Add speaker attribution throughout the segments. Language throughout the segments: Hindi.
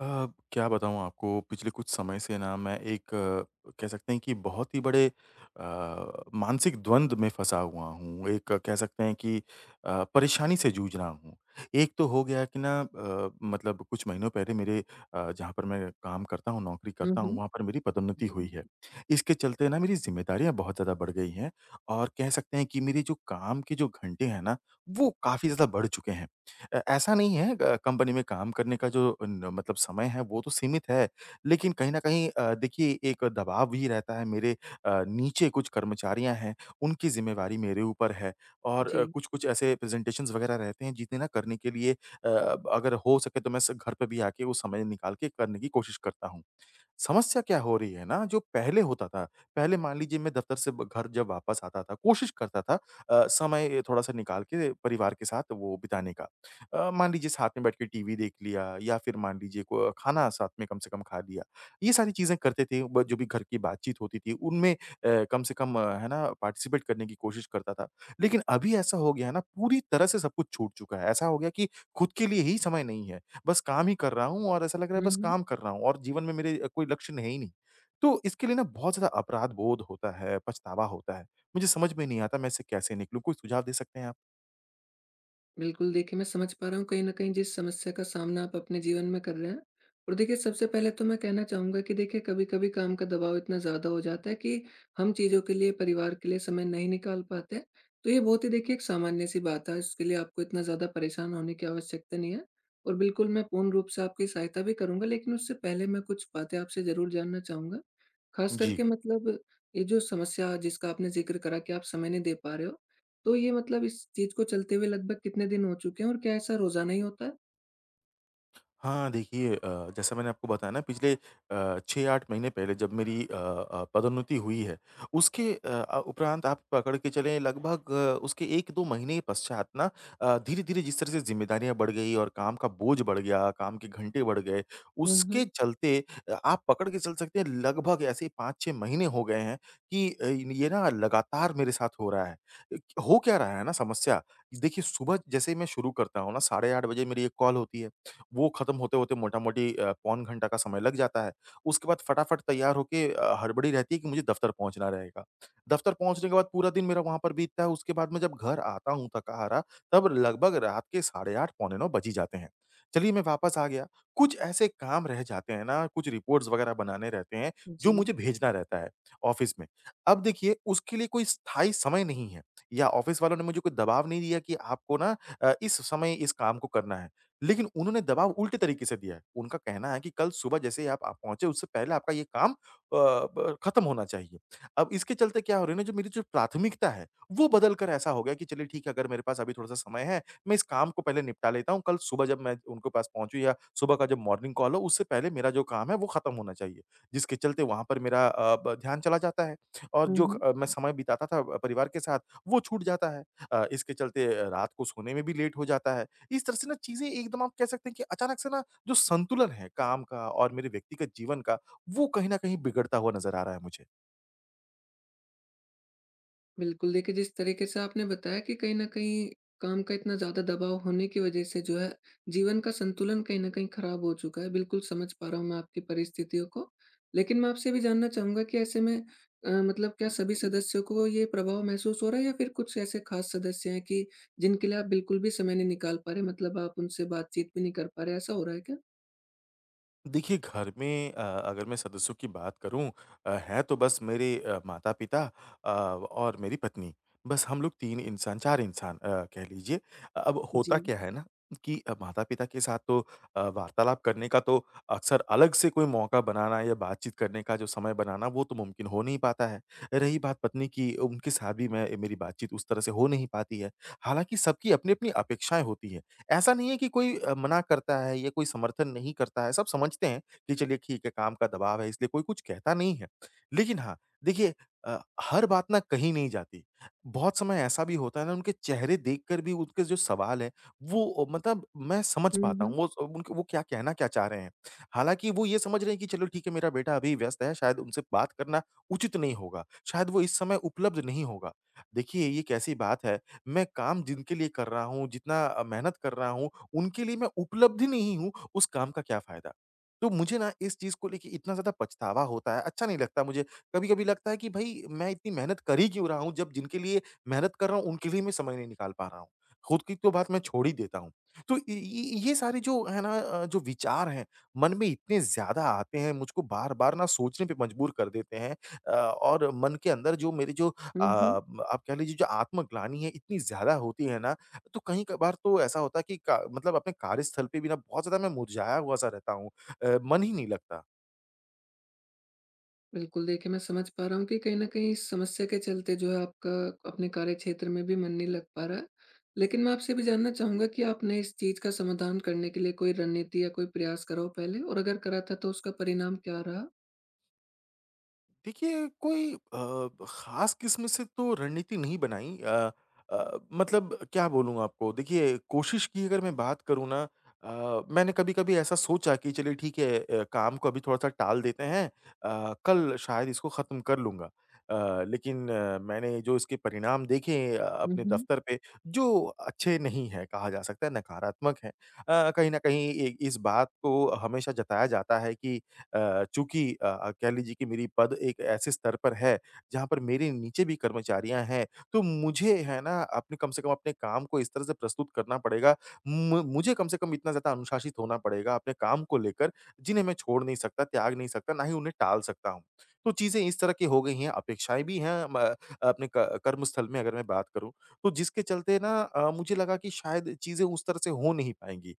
Speaker 1: क्या बताऊँ आपको पिछले कुछ समय से ना मैं एक कह सकते हैं कि बहुत ही बड़े मानसिक द्वंद में फँसा हुआ हूँ। एक कह सकते हैं कि परेशानी से जूझ रहा हूँ। एक तो हो गया कि ना मतलब कुछ महीनों पहले मेरे जहाँ पर मैं काम करता हूँ, नौकरी
Speaker 2: हुँ,
Speaker 1: करता हूँ,
Speaker 2: हुँ।
Speaker 1: वहाँ पर मेरी पदोन्नति हुई है। इसके चलते ना मेरी ज़िम्मेदारियाँ बहुत ज़्यादा बढ़ गई हैं और कह सकते हैं कि मेरे जो काम के जो घंटे हैं ना, वो काफ़ी ज़्यादा बढ़ चुके हैं। ऐसा नहीं है कंपनी में काम करने का जो न मतलब समय है वो तो सीमित है, लेकिन कहीं न कहीं देखिए एक दबाव भी रहता है मेरे नीचे कुछ कर्मचारियाँ हैं, उनकी ज़िम्मेवारी मेरे ऊपर है और
Speaker 2: जी।
Speaker 1: कुछ-कुछ ऐसे प्रेज़ेंटेशंस वग़ैरह रहते हैं जिन्हें ना करने के लिए अगर हो सके तो मैं स घर पे भी आके वो समय निकाल के करने की कोशिश करता हूँ। समस्या क्या हो रही है ना जो पहले होता था, पहले मान लीजिए मैं दफ्तर से ब घर जब वापस आता था, कोशिश करता था समय थोड़ा-सा निकाल के परिवार के साथ वो बिताने का। मान लीजिए साथ में बैठ के टीवी देख लिया या फिर मान लीजिए को खाना साथ में कम से कम खा लिया। ये सारी चीज़ें करते थे ब जो भी घर की बातचीत होती थी उनमें कम से कम है ना पार्टिसिपेट करने की कोशिश करता था। लेकिन अभी ऐसा हो गया है ना पूरी तरह से सब कुछ छूट चुका है। ऐसा हो गया कि खुद के लिए ही समय नहीं है। बस काम ही कर रहा हूँ और ऐसा लग रहा है
Speaker 2: हुँ,
Speaker 1: बस
Speaker 2: हुँ।
Speaker 1: काम कर रहा हूँ और जीवन में मेरे कोई लक्ष्य है ही नहीं। तो इसके लिए ना बहुत ज़्यादा अपराध बोध होता है, पछतावा होता है। मुझे समझ में नहीं आता मैं इससे कैसे निकलूँ? कोई सुझाव दे सकते हैं आप?
Speaker 2: बिल्कुल, देखिए मैं समझ पा रहा हूँ कहीं न कहीं जिस समस्या का सामना आप अपने जीवन में कर रहे हैं। और देखिए सबसे पहले तो मैं कहना चाहूँगा कि देखिए कभी-कभी काम का दबाव इतना ज़्यादा हो जाता है कि हम चीज़ों के लिए, परिवार के लिए समय नहीं निकाल पाते। तो ये बहुत ही देखिए एक सामान्य-सी बात है, इसके लिए आपको इतना ज़्यादा परेशान होने की आवश्यकता नहीं है और बिल्कुल मैं पूर्ण रूप से आपकी सहायता भी करूँगा, लेकिन उससे पहले मैं कुछ बातें आपसे ज़रूर जानना चाहूँगा। ख़ास
Speaker 1: जी।
Speaker 2: करके मतलब, ये जो समस्या जिसका आपने ज़िक्र करा कि आप समय नहीं दे पा रहे हो, तो ये मतलब इस चीज़ को चलते हुए लगभग कितने दिन हो चुके हैं और क्या ऐसा रोज़ाना ही होता है?
Speaker 1: हाँ, देखिए जैसा मैंने आपको बताया ना पिछले 6-8 महीने पहले जब मेरी पदोन्नति हुई है, उसके उपरांत आप पकड़ के चलें लगभग उसके 1-2 महीने पश्चात ना धीरे-धीरे जिस तरह से ज़िम्मेदारियाँ बढ़ गई और काम का बोझ बढ़ गया, काम के घंटे बढ़ गए,
Speaker 2: हुँ, हुँ।
Speaker 1: उसके चलते आप पकड़ के चल सकते हैं लगभग ऐसे 5-6 महीने हो गए हैं कि ये ना लगातार मेरे साथ हो रहा है। हो क्या रहा है ना समस्या, देखिए सुबह जैसे ही मैं शुरू करता हूँ ना, साढ़े 8 बजे मेरी एक कॉल होती है। वो खत्म होते-होते मोटा-मोटी पौन घंटा का समय लग जाता है। उसके बाद फटाफट तैयार होके हड़बड़ी रहती है कि मुझे दफ्तर पहुँचना रहेगा। दफ्तर पहुँचने के बाद पूरा दिन मेरा वहाँ पर बीतता है, उसके बाद मैं जब घर आता हूँ थका-हारा, तब लगभग रात के साढ़े 8 पौने 9 बज ही जाते हैं। चलिए मैं वापस आ गया, कुछ ऐसे काम रह जाते हैं ना, कुछ रिपोर्ट्स वगैरह बनाने रहते हैं, जो
Speaker 2: जी।
Speaker 1: मुझे भेजना रहता है ऑफ़िस में। अब देखिए उसके लिए कोई स्थायी समय नहीं है या ऑफ़िस वालों ने मुझे कोई दबाव नहीं दिया कि आपको ना इस समय इस काम को करना है। लेकिन उन्होंने दबाव उल्टे तरीके से दिया है। उनका कहना है कि कल सुबह जैसे ही आप पहुँचे उससे पहले आपका ये काम अ, ब खत्म होना चाहिए। अब इसके चलते क्या हो रहा है ना जो मेरी जो प्राथमिकता है, वो बदल कर ऐसा हो गया कि चलिए ठीक है अगर मेरे पास अभी थोड़ा-सा समय है, मैं इस काम को पहले निपटा लेता हूँ, कल सुबह जब मैं उनके पास पहुँचूँ या सुबह का जो मॉर्निंग कॉल हो उससे पहले मेरा जो काम है वो खत्म होना चाहिए। जिसके चलते वहाँ पर मेरा अ, ब ध्यान चला जाता है और
Speaker 2: हुँ,
Speaker 1: जो
Speaker 2: हुँ।
Speaker 1: क मैं समय बिताता था परिवार के साथ, वो छूट जाता है। इसके चलते रात को सोने में भी लेट हो जाता है। इस तरह से ना चीज़ें एकदम आप कह सकते हैं कि अचानक से ना जो संतुलन है काम का और मेरे व्यक्तिगत जीवन का, वो कहीं न कहीं बिगड़ता हुआ नज़र आ रहा है मुझे।
Speaker 2: बिल्कुल, देखिए जिस तरीके से आपने बताया कि कहीं न कहीं काम का इतना ज़्यादा दबाव होने की वज़ह से जो है, जीवन का संतुलन कहीं न कहीं ख़राब हो चुका है। बिल्कुल समझ पा रहा हूँ मैं आपकी परिस्थितियों को। लेकिन मैं आपसे भी जानना चाहूँगा कि ऐसे में मतलब क्या सभी सदस्यों को ये प्रभाव महसूस हो रहा है, या फिर कुछ ऐसे ख़ास सदस्य हैं कि जिनके लिए आप बिल्कुल भी समय नहीं निकाल पा रहे, मतलब आप उनसे बातचीत भी नहीं कर पा रहे, ऐसा हो रहा है क्या?
Speaker 1: देखिए घर में अगर मैं सदस्यों की बात करूं हैं तो बस मेरे माता-पिता और मेरी पत्नी। बस हम लोग 3 इंसान 4 इंसान कह लीजिए। अब
Speaker 2: जी।
Speaker 1: होता क्या है ना कि माता-पिता के साथ तो वार्तालाप करने का तो अक्सर अलग से कोई मौका बनाना या बातचीत करने का जो समय बनाना वो तो मुमकिन हो नहीं पाता है। रही बात पत्नी की, उनके साथ भी मैं मेरी बातचीत उस तरह से हो नहीं पाती है। हालाँकि सबकी अपनी-अपनी अपेक्षाएँ होती हैं। ऐसा नहीं है कि कोई मना करता है या कोई समर्थन नहीं करता है, सब समझते हैं कि चलिए ठीक है काम का दबाव है इसलिए कोई कुछ कहता नहीं है। लेकिन हाँ, देखिए हर बात ना कहीं नहीं जाती। बहुत समय ऐसा भी होता है ना उनके चेहरे देखकर भी उनके जो सवाल है वो मतलब मैं समझ
Speaker 2: हुँ,
Speaker 1: पाता
Speaker 2: हुँ।
Speaker 1: हूँ वो स उनके वो क्या कहना क्या चाह रहे हैं। हालाँकि वो ये समझ रहे हैं कि चलो ठीक है मेरा बेटा अभी व्यस्त है शायद उनसे बात करना उचित नहीं होगा, शायद वो इस समय उपलब्ध नहीं होगा। देखिए ये कैसी बात है मैं काम जिनके लिए कर रहा हूँ, जितना मेहनत कर रहा हूँ, उनके लिए मैं उपलब्ध नहीं हूँ, उस काम का क्या फ़ायदा? तो मुझे ना इस चीज़ को लेके इतना ज़्यादा पछतावा होता है, अच्छा नहीं लगता मुझे। कभी-कभी लगता है कि भई मैं इतनी मेहनत कर ही क्यों रहा हूँ, जब जिनके लिए मेहनत कर रहा हूँ, उनके लिए मैं समय नहीं निकाल पा रहा हूँ। खुद की तो बात मैं छोड़ ही देता हूँ। तो इ इ ये सारे जो है ना जो विचार हैं, मन में इतने ज़्यादा आते हैं, मुझको बार-बार ना सोचने पे मजबूर कर देते हैं और मन के अंदर जो मेरी जो
Speaker 2: हुँ, हुँ।
Speaker 1: आप कह लीजिए जो आत्मग्लानि है इतनी ज़्यादा होती है ना, तो कहीं कभार तो ऐसा होता है कि का मतलब अपने कार्यस्थल पे भी ना बहुत ज़्यादा मैं मुरझाया हुआ-सा रहता हूँ। मन ही नहीं लगता।
Speaker 2: बिल्कुल, देखिए मैं समझ पा रहा हूँ कि कहीं न कहीं इस समस्या के चलते जो है, आपका अपने कार्यक्षेत्र में भी मन नहीं लग पा रहा है। लेकिन मैं आपसे भी जानना चाहूँगा कि आपने इस चीज़ का समाधान करने के लिए कोई रणनीति या कोई प्रयास करा हो पहले? और अगर करा था, तो उसका परिणाम क्या रहा?
Speaker 1: देखिए, कोई ख़ास किस्म से तो रणनीति नहीं बनाई मतलब क्या बोलूँ आपको? देखिए, कोशिश की अगर मैं बात करूँ ना मैंने कभी-कभी ऐसा सोचा कि चलिए ठीक है काम को अभी थोड़ा-सा टाल देते हैं कल शायद इसको ख़त्म कर लूँगा। लेकिन मैंने जो इसके परिणाम देखे
Speaker 2: हुँ,
Speaker 1: अपने
Speaker 2: हुँ।
Speaker 1: दफ़्तर पे, जो अच्छे नहीं हैं कहा जा सकता है, नकारात्मक हैं। कहीं न कहीं ए इस बात को हमेशा जताया जाता है कि चूँकि कह लीजिए कि मेरी पद एक ऐसे स्तर पर है, जहाँ पर मेरे नीचे भी कर्मचारियाँ हैं, तो मुझे है ना अपने कम से कम अपने काम को इस तरह से प्रस्तुत करना पड़ेगा। मु मुझे कम से कम इतना ज़्यादा अनुशासित होना पड़ेगा अपने काम को लेकर, जिन्हें मैं छोड़ नहीं सकता, त्याग नहीं सकता, ना ही उन्हें टाल सकता हूँ। तो चीज़ें इस तरह की हो गई हैं, अपेक्षाएँ भी हैं म अपने क कर्मस्थल में अगर मैं बात करूँ, तो जिसके चलते ना मुझे लगा कि शायद चीज़ें उस तरह से हो नहीं पाएँगी।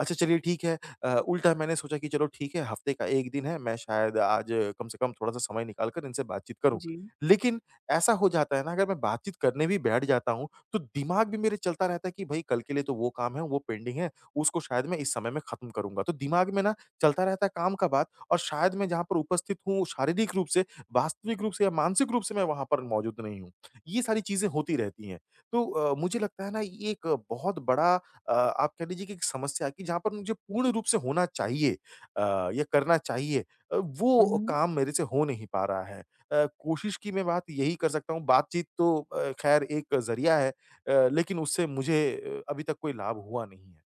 Speaker 1: अच्छा चलिए ठीक है उल्टा मैंने सोचा कि चलो ठीक है हफ्ते का 1 दिन है, मैं शायद आज कम से कम थोड़ा-सा समय निकाल कर इनसे बातचीत करूँ।
Speaker 2: जी।
Speaker 1: लेकिन ऐसा हो जाता है ना अगर मैं बातचीत करने भी बैठ जाता हूँ, तो दिमाग भी मेरे चलता रहता है कि भई कल के लिए तो वो काम है, वो पेंडिंग है, उसको शायद मैं इस समय में ख़त्म करूँगा। तो दिमाग में ना चलता रहता है काम का बात और शायद मैं जहाँ पर उपस्थित हूँ शारीरिक रूप से, वास्तविक रूप से या मानसिक रूप से मैं वहाँ पर मौजूद नहीं हूँ। ये सारी चीज़ें होती रहती हैं। तो मुझे लगता है ना ये एक बहुत बड़ा आप कह लीजिए कि एक समस्या की जहाँ पर मुझे पूर्ण रूप से होना चाहिए या करना चाहिए
Speaker 2: हुँ,
Speaker 1: वो
Speaker 2: हुँ।
Speaker 1: काम मेरे से हो नहीं पा रहा है। कोशिश की मैं बात यही कर सकता हूँ, बातचीत तो खैर एक ज़रिया है लेकिन उससे मुझे अभी तक कोई लाभ हुआ नहीं है।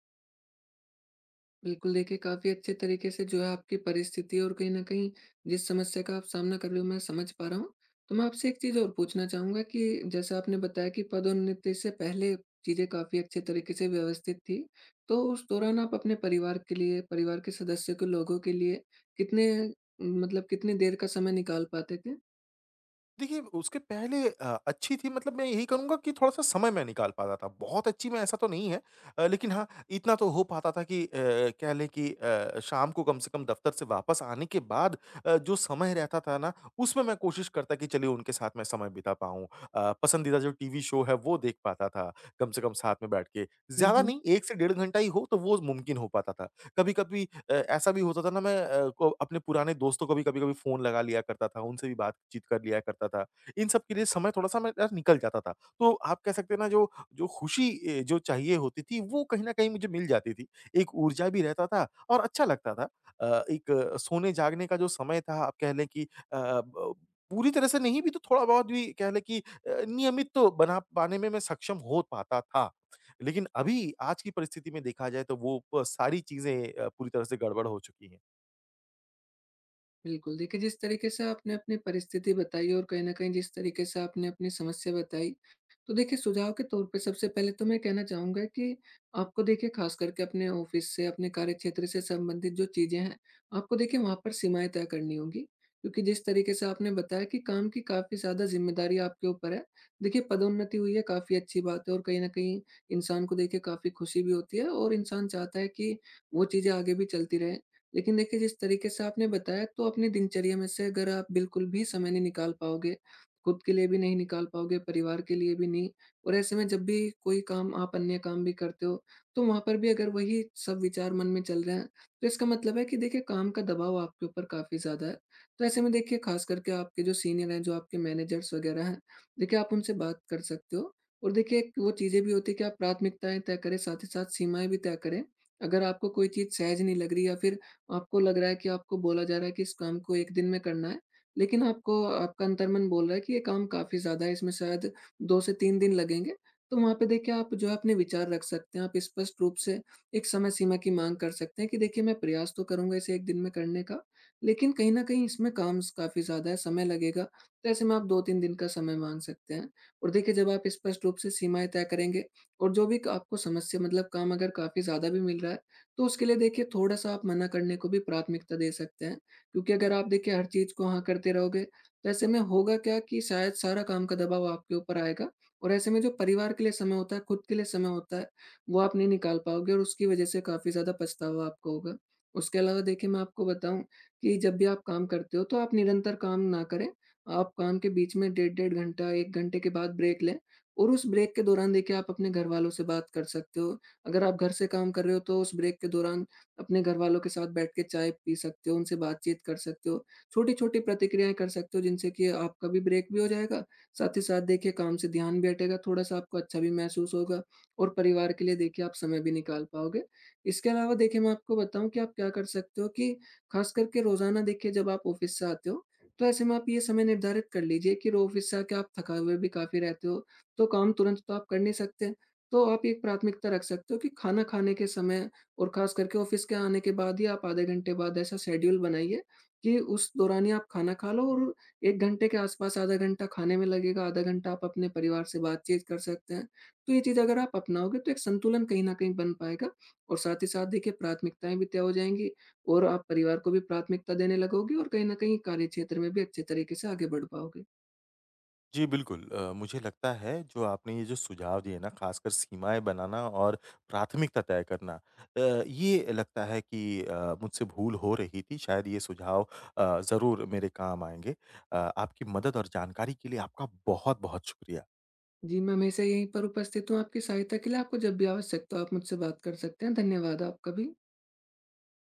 Speaker 2: बिल्कुल, देखिए काफ़ी अच्छे तरीके से जो है आपकी परिस्थिति और कहीं न कहीं जिस समस्या का आप सामना कर रहे हो, मैं समझ पा रहा हूँ। तो मैं आपसे एक चीज़ और पूछना चाहूँगा कि जैसे आपने बताया कि पदोन्नति से पहले चीज़ें काफ़ी अच्छे तरीके से व्यवस्थित थी, तो उस दौरान आप अपने परिवार के लिए, परिवार के सदस्यों के लोगों के लिए कितने, मतलब कितनी देर का समय निकाल पाते
Speaker 1: देखिए, उसके पहले अच्छी थी मतलब मैं यही कहूँगा कि थोड़ा-सा समय मैं निकाल पाता था। बहुत अच्छी मैं ऐसा तो नहीं है लेकिन हाँ, इतना तो हो पाता था कि कह लें कि शाम को कम से कम दफ्तर से वापस आने के बाद जो समय रहता था ना, उसमें मैं कोशिश करता कि चलिए उनके साथ मैं समय बिता पाऊँ। पसंदीदा जो टीवी शो है वो देख पाता था, कम से कम साथ में बैठ के। ज़्यादा
Speaker 2: थे?
Speaker 1: नहीं 1 से डेढ़ घंटा ही हो तो वो मुमकिन हो पाता था। कभी-कभी ऐसा भी होता था ना मैं अ, को अपने पुराने दोस्तों को भी कभी-कभी फ़ोन लगा लिया करता था, उनसे भी बातचीत कर लिया करता था। इन सब के लिए समय थोड़ा-सा मेरा निकल जाता था। तो आप कह सकते हैं ना जो जो खुशी जो चाहिए होती थी वो कहीं न कहीं मुझे मिल जाती थी। एक ऊर्जा भी रहता था और अच्छा लगता था। एक सोने-जागने का जो समय था आप कह लें कि अ, ब पूरी तरह से नहीं भी तो थोड़ा-बहुत भी कह लें कि नियमित तो बना पाने में मैं सक्षम हो पाता था। लेकिन अभी आज की परिस्थिति में देखा जाए तो वो प सारी चीज़ें पूरी तरह से गड़बड़ हो चुकी हैं।
Speaker 2: बिल्कुल, देखिए जिस तरीके से आपने अपनी परिस्थिति बताई और कहीं न कहीं जिस तरीके से आपने अपनी समस्या बताई, तो देखिए सुझाव के तौर पे सबसे पहले तो मैं कहना चाहूँगा कि आपको देखिए ख़ास करके अपने ऑफ़िस से, अपने कार्यक्षेत्र से संबंधित जो चीज़ें हैं, आपको देखिए वहाँ पर सीमाएँ तय करनी होंगी। क्योंकि जिस तरीके से आपने बताया कि काम की काफ़ी ज़्यादा ज़िम्मेदारी आपके ऊपर है, देखिए पदोन्नति हुई है, काफ़ी अच्छी बात है और कहीं न कहीं इंसान को देखिए काफ़ी खुशी भी होती है और इंसान चाहता है कि वो चीज़ें आगे भी चलती रहें। लेकिन देखिए, जिस तरीके से आपने बताया, तो अपनी दिनचर्या में से अगर आप बिल्कुल भी समय नहीं निकाल पाओगे, खुद के लिए भी नहीं निकाल पाओगे, परिवार के लिए भी नहीं, और ऐसे में जब भी कोई काम, आप अन्य काम भी करते हो, तो वहाँ पर भी अगर वही सब विचार मन में चल रहे हैं, तो इसका मतलब है कि देखिए काम का दबाव आपके ऊपर काफ़ी ज़्यादा है। तो ऐसे में देखिए ख़ास करके आपके जो सीनियर हैं, जो आपके मैनेजर्स वग़ैरह हैं, देखिए आप उनसे बात कर सकते हो और देखिए एक वो चीज़ें भी होती है कि आप प्राथमिकताएँ तय करें, साथ ही साथ सीमाएँ भी तय करें। अगर आपको कोई चीज़ सहज नहीं लग रही, या फिर आपको लग रहा है कि आपको बोला जा रहा है कि इस काम को 1 दिन में करना है, लेकिन आपको आपका अंतर्मन बोल रहा है कि ये काम काफ़ी ज़्यादा है, इसमें शायद 2 से 3 दिन लगेंगे, तो वहाँ पे देखिए आप जो है अपने विचार रख सकते हैं, आप स्पष्ट रूप से एक समय सीमा की माँग कर सकते हैं कि देखिए मैं प्रयास तो करूँगा इसे 1 दिन में करने का, लेकिन कहीं न कहीं इसमें काम स काफ़ी ज़्यादा है, समय लगेगा, तो ऐसे में आप 2-3 दिन का समय माँग सकते हैं। और देखिए जब आप स्पष्ट रूप से सीमाएँ तय करेंगे और जो भी क आपको समस्या, मतलब काम अगर काफ़ी ज़्यादा भी मिल रहा है, तो उसके लिए देखिए थोड़ा-सा आप मना करने को भी प्राथमिकता दे सकते हैं, क्योंकि अगर आप देखिए हर चीज़ को हाँ करते रहोगे, तो ऐसे में होगा क्या कि शायद सारा काम का दबाव आपके ऊपर आएगा और ऐसे में जो परिवार के लिए समय होता है, खुद के लिए समय होता है, वो आप नहीं निकाल पाओगे और उसकी वजह से काफ़ी ज़्यादा पछतावा आपको होगा। उसके अलावा देखिए मैं आपको बताऊँ कि जब भी आप काम करते हो, तो आप निरंतर काम ना करें, आप काम के बीच में डेढ़ डेढ़ घंटा, 1 घंटे के बाद ब्रेक लें और उस ब्रेक के दौरान देखिए आप अपने घरवालों से बात कर सकते हो, अगर आप घर से काम कर रहे हो, तो उस ब्रेक के दौरान अपने घरवालों के साथ बैठ के चाय पी सकते हो, उनसे बातचीत कर सकते हो। छोटी-छोटी प्रतिक्रियाएँ कर सकते हो जिनसे कि आपका भी ब्रेक भी हो जाएगा, साथ ही साथ देखिए काम से ध्यान भी हटेगा, थोड़ा-सा आपको अच्छा भी महसूस होगा और परिवार के लिए देखिए आप समय भी निकाल पाओगे। इसके अलावा देखिए मैं आपको बताऊँ कि आप क्या कर सकते हो कि ख़ास करके रोज़ाना देखिए जब आप ऑफ़िस से आते हो, तो ऐसे में आप ये समय निर्धारित कर लीजिए कि रो ऑफ़िस से आके आप थका हुए भी काफ़ी रहते हो, तो काम तुरंत तो आप कर नहीं सकते। तो आप एक प्राथमिकता रख सकते हो कि खाना खाने के समय और ख़ास करके ऑफ़िस के आने के बाद ही, आप आधे घंटे बाद ऐसा शेड्यूल बनाइए कि उस दौरान ही आप खाना खा लो और 1 घंटे के आस-पास आधा घंटा खाने में लगेगा, आधा घंटा आप अपने परिवार से बातचीत कर सकते हैं। तो ये चीज़ अगर आप अपनाओगे, तो एक संतुलन कहीं न कहीं बन पाएगा और साथ ही साथ देखिए प्राथमिकताएँ भी तय हो जाएँगी और आप परिवार को भी प्राथमिकता देने लगोगे और कहीं न कहीं कार्यक्षेत्र में भी अच्छे तरीके से आगे बढ़ पाओगे।
Speaker 1: जी, बिल्कुल मुझे लगता है जो आपने ये जो सुझाव दिए ना ख़ासकर सीमाएँ बनाना और प्राथमिकता तय करना ये लगता है कि मुझसे भूल हो रही थी। शायद ये सुझाव ज़रूर मेरे काम आएँगे। आपकी मदद और जानकारी के लिए आपका बहुत-बहुत शुक्रिया।
Speaker 2: जी, मैं हमेशा यहीं पर उपस्थित हूँ आपकी सहायता के लिए। आपको जब भी आवश्यकता हो आप मुझसे बात कर सकते हैं। धन्यवाद आपका भी।